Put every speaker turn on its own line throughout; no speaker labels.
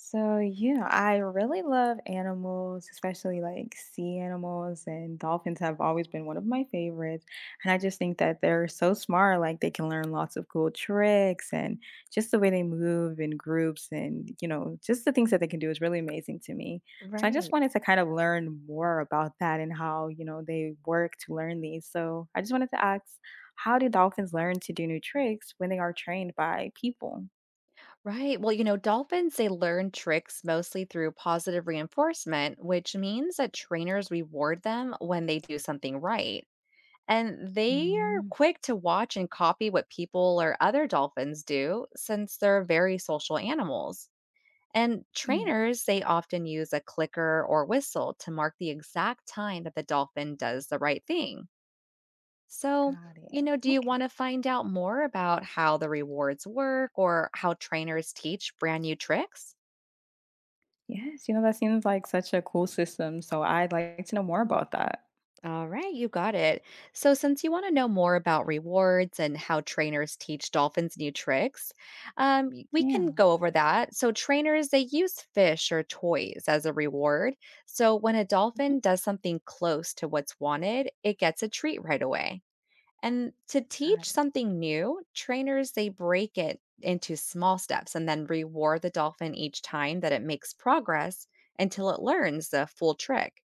So, yeah, I really love animals, especially like sea animals, and dolphins have always been one of my favorites. And I just think that they're so smart, like they can learn lots of cool tricks and just the way they move in groups and, you know, just the things that they can do is really amazing to me. So, I just
Right.
wanted to kind of learn more about that and how, you know, they work to learn these. So, I just wanted to ask, how do dolphins learn to do new tricks when they are trained by people?
Right. Well, you know, dolphins, they learn tricks mostly through positive reinforcement, which means that trainers reward them when they do something right. And they are
Mm,
quick to watch and copy what people or other dolphins do since they're very social animals. And
yeah.
trainers, they often use a clicker or whistle to mark the exact time that the dolphin does the right thing. So,
Got
you
it.
know, do you
Okay.
want to find out more about how the rewards work or how trainers teach brand new tricks?
Yes, you know, that seems like such a cool system. So I'd like to know more about that.
All right, you got it. So, since you want to know more about rewards and how trainers teach dolphins new tricks, we can
Yeah.
go over that. So, trainers, they use fish or toys as a reward. So, when a
Mhm.
dolphin does something close to what's wanted, it gets a treat right away. And to
Got
teach
it.
something new, trainers they break it into small steps and then reward the dolphin each time that it makes progress until it learns the full trick.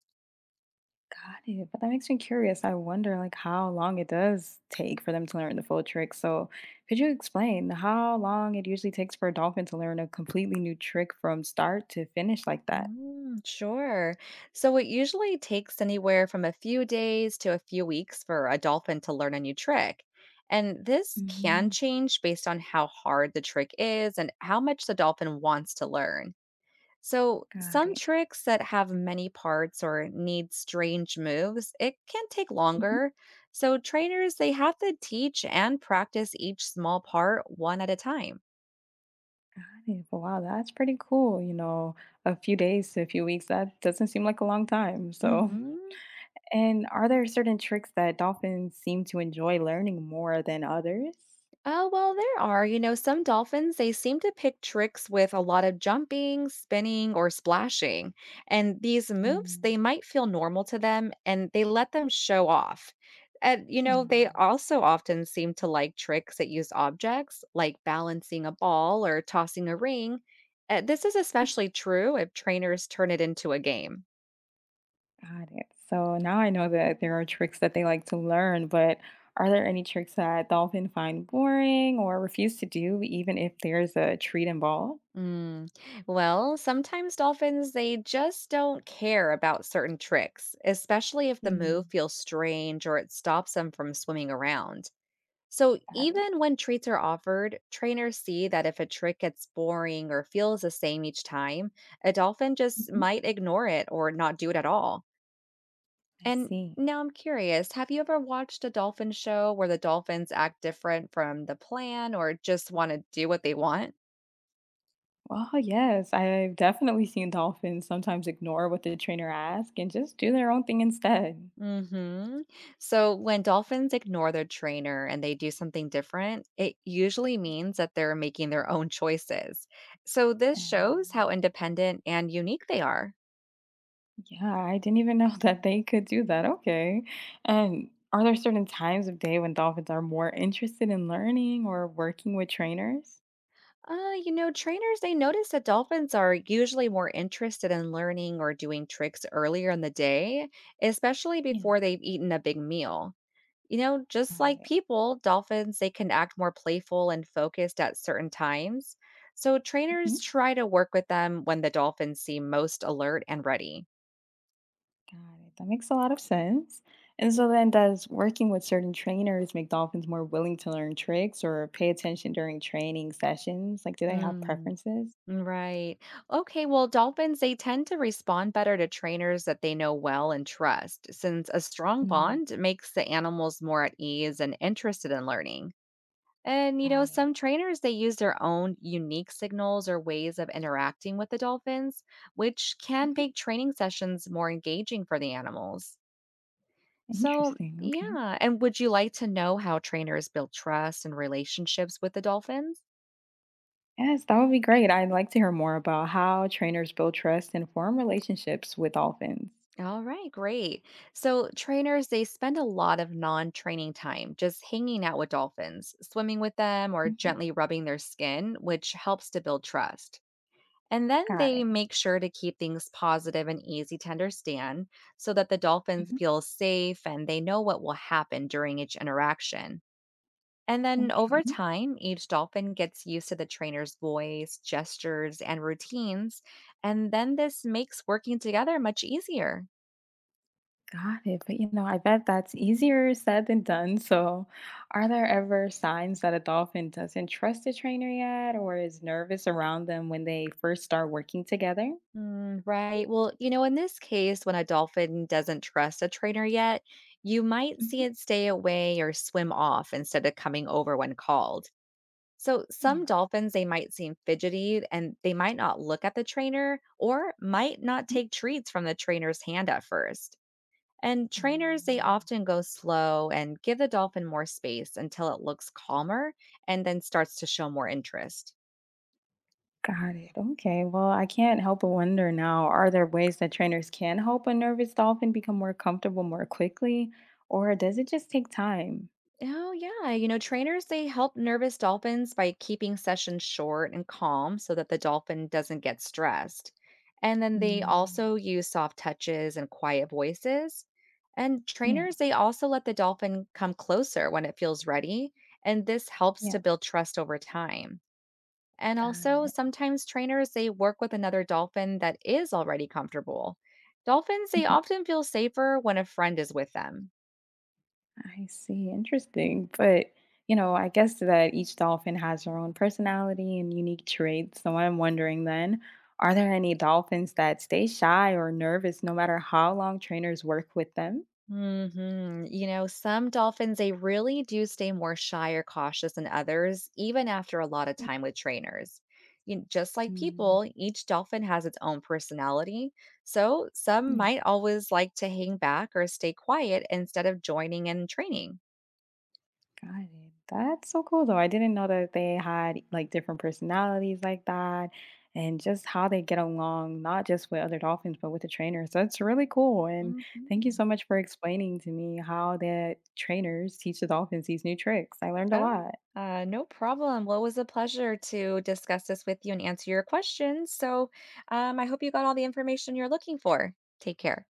Got it. But that makes me curious. I wonder like how long it does take for them to learn the full trick. So could you explain how long it usually takes for a dolphin to learn a completely new trick from start to finish like that?
Sure. So it usually takes anywhere from a few days to a few weeks for a dolphin to learn a new trick. And this can
Mhm.
change based on how hard the trick is and how much the dolphin wants to learn. So,
Got
some
it.
tricks that have many parts or need strange moves, it can take
Mhm.
longer. So, trainers, they have to teach and practice each small part one at a time.
Got it. But wow, that's pretty cool. You know, a few days to a few weeks, that doesn't seem like a long time. So
Mhm.
And are there certain tricks that dolphins seem to enjoy learning more than others?
Oh, well, there are. You know, some dolphins, they seem to pick tricks with a lot of jumping, spinning, or splashing. And these moves,
Mm,
they might feel normal to them and they let them show off. And, you know,
no.
they also often seem to like tricks that use objects, like balancing a ball or tossing a ring. This is especially true if trainers turn it into a game.
Got it. So now I know that there are tricks that they like to learn, but are there any tricks that dolphins find boring or refuse to do, even if there's a treat involved?
Mm. Well, sometimes dolphins, they just don't care about certain tricks, especially if the move
Mm.
feels strange or it stops them from swimming around. So,
Got it.
even when treats are offered, trainers see that if a trick gets boring or feels the same each time, a dolphin just
Mhm.
might ignore it or not do it at all.
I
And
see.
now I'm curious, have you ever watched a dolphin show where the dolphins act different from the plan or just want to do what they want?
Well, yes, I've definitely seen dolphins sometimes ignore what the trainer asks and just do their own thing instead.
Hmm. So when dolphins ignore their trainer and they do something different, it usually means that they're making their own choices. So this
No.
shows how independent and unique they are.
Yeah, I didn't even know that they could do that. Okay. And are there certain times of day when dolphins are more interested in learning or working with trainers?
Uh, you know, trainers, they notice that dolphins are usually more interested in learning or doing tricks earlier in the day, especially
Yeah,
before they've eaten a big meal. You know, just
got
like
it.
people, dolphins, they can act more playful and focused at certain times. So
Hmm.
trainers try to work with them when the dolphins seem most alert and ready.
Got it. That makes a lot of sense. And so then, does working with certain trainers make dolphins more willing to learn tricks or pay attention during training sessions? Like, do they have
Mm,
preferences?
Right. Okay, well, dolphins, they tend to respond better to trainers that they know well and trust, since a strong
Mm,
bond makes the animals more at ease and interested in learning. And, you know,
got it.
some trainers, they use their own unique signals or ways of interacting with the dolphins, which can
Hmm.
make training sessions more engaging for the animals. So,
Interesting. Okay.
yeah. And would you like to know how trainers build trust and relationships with the dolphins?
Yes, that would be great. I'd like to hear more about how trainers build trust and form relationships with dolphins.
All right, great. So, trainers, they spend a lot of non training time just hanging out with dolphins, swimming with them, or
Hmm.
gently rubbing their skin, which helps to build trust. And then
Got
they
it.
make sure to keep things positive and easy to understand so that the dolphins
Mhm.
feel safe and they know what will happen during each interaction. And then
Okay,
over time, each dolphin gets used to the trainer's voice, gestures, and routines. And then this makes working together much easier.
got it. But you know, I bet that's easier said than done. So, are there ever signs that a dolphin doesn't trust a trainer yet or is nervous around them when they first start working together?
Mm, right. Well, you know, in this case, when a dolphin doesn't trust a trainer yet, you might see
Hmm.
it stay away or swim off instead of coming over when called. So some
Yeah.
dolphins they might seem fidgety and they might not look at the trainer or might not
Mm.
take treats from the trainer's hand at first. And trainers they
Mm.
often go slow and give the dolphin more space until it looks calmer and then starts to show more interest.
Got it. Okay. Well, I can't help but wonder now, are there ways that trainers can help a nervous dolphin become more comfortable more quickly, or does it just take time?
Oh, yeah. You know, trainers, they help nervous dolphins by keeping sessions short and calm so that the dolphin doesn't get stressed. And then they
Mm,
also use soft touches and quiet voices. And
yeah.
trainers, they also let the dolphin come closer when it feels ready. And this helps
Yeah.
to build trust over time. And
Got
also,
it.
sometimes trainers, they work with another dolphin that is already comfortable. Dolphins, they
Mhm.
often feel safer when a friend is with them.
I see. Interesting. But, you know, I guess that each dolphin has their own personality and unique traits. So I'm wondering then, are there any dolphins that stay shy or nervous no matter how long trainers work with them?
Hmm. You know, some dolphins, they really do stay more shy or cautious than others, even after a lot of time with trainers. You, know, just like
Mhm.
people, each dolphin has its own personality. So some
Yeah.
might always like to hang back or stay quiet instead of joining in training.
Got it. That's so cool though. I didn't know that they had like different personalities like that and just how they get along, not just with other dolphins, but with the trainers. That's really cool. And thank you
Hmm.
so much for explaining to me how the trainers teach the dolphins these new tricks. I learned a
Oh,
lot.
yeah, no problem. Well, it was a pleasure to discuss this with you and answer your questions. So I hope you got all the information you're looking for. Take care.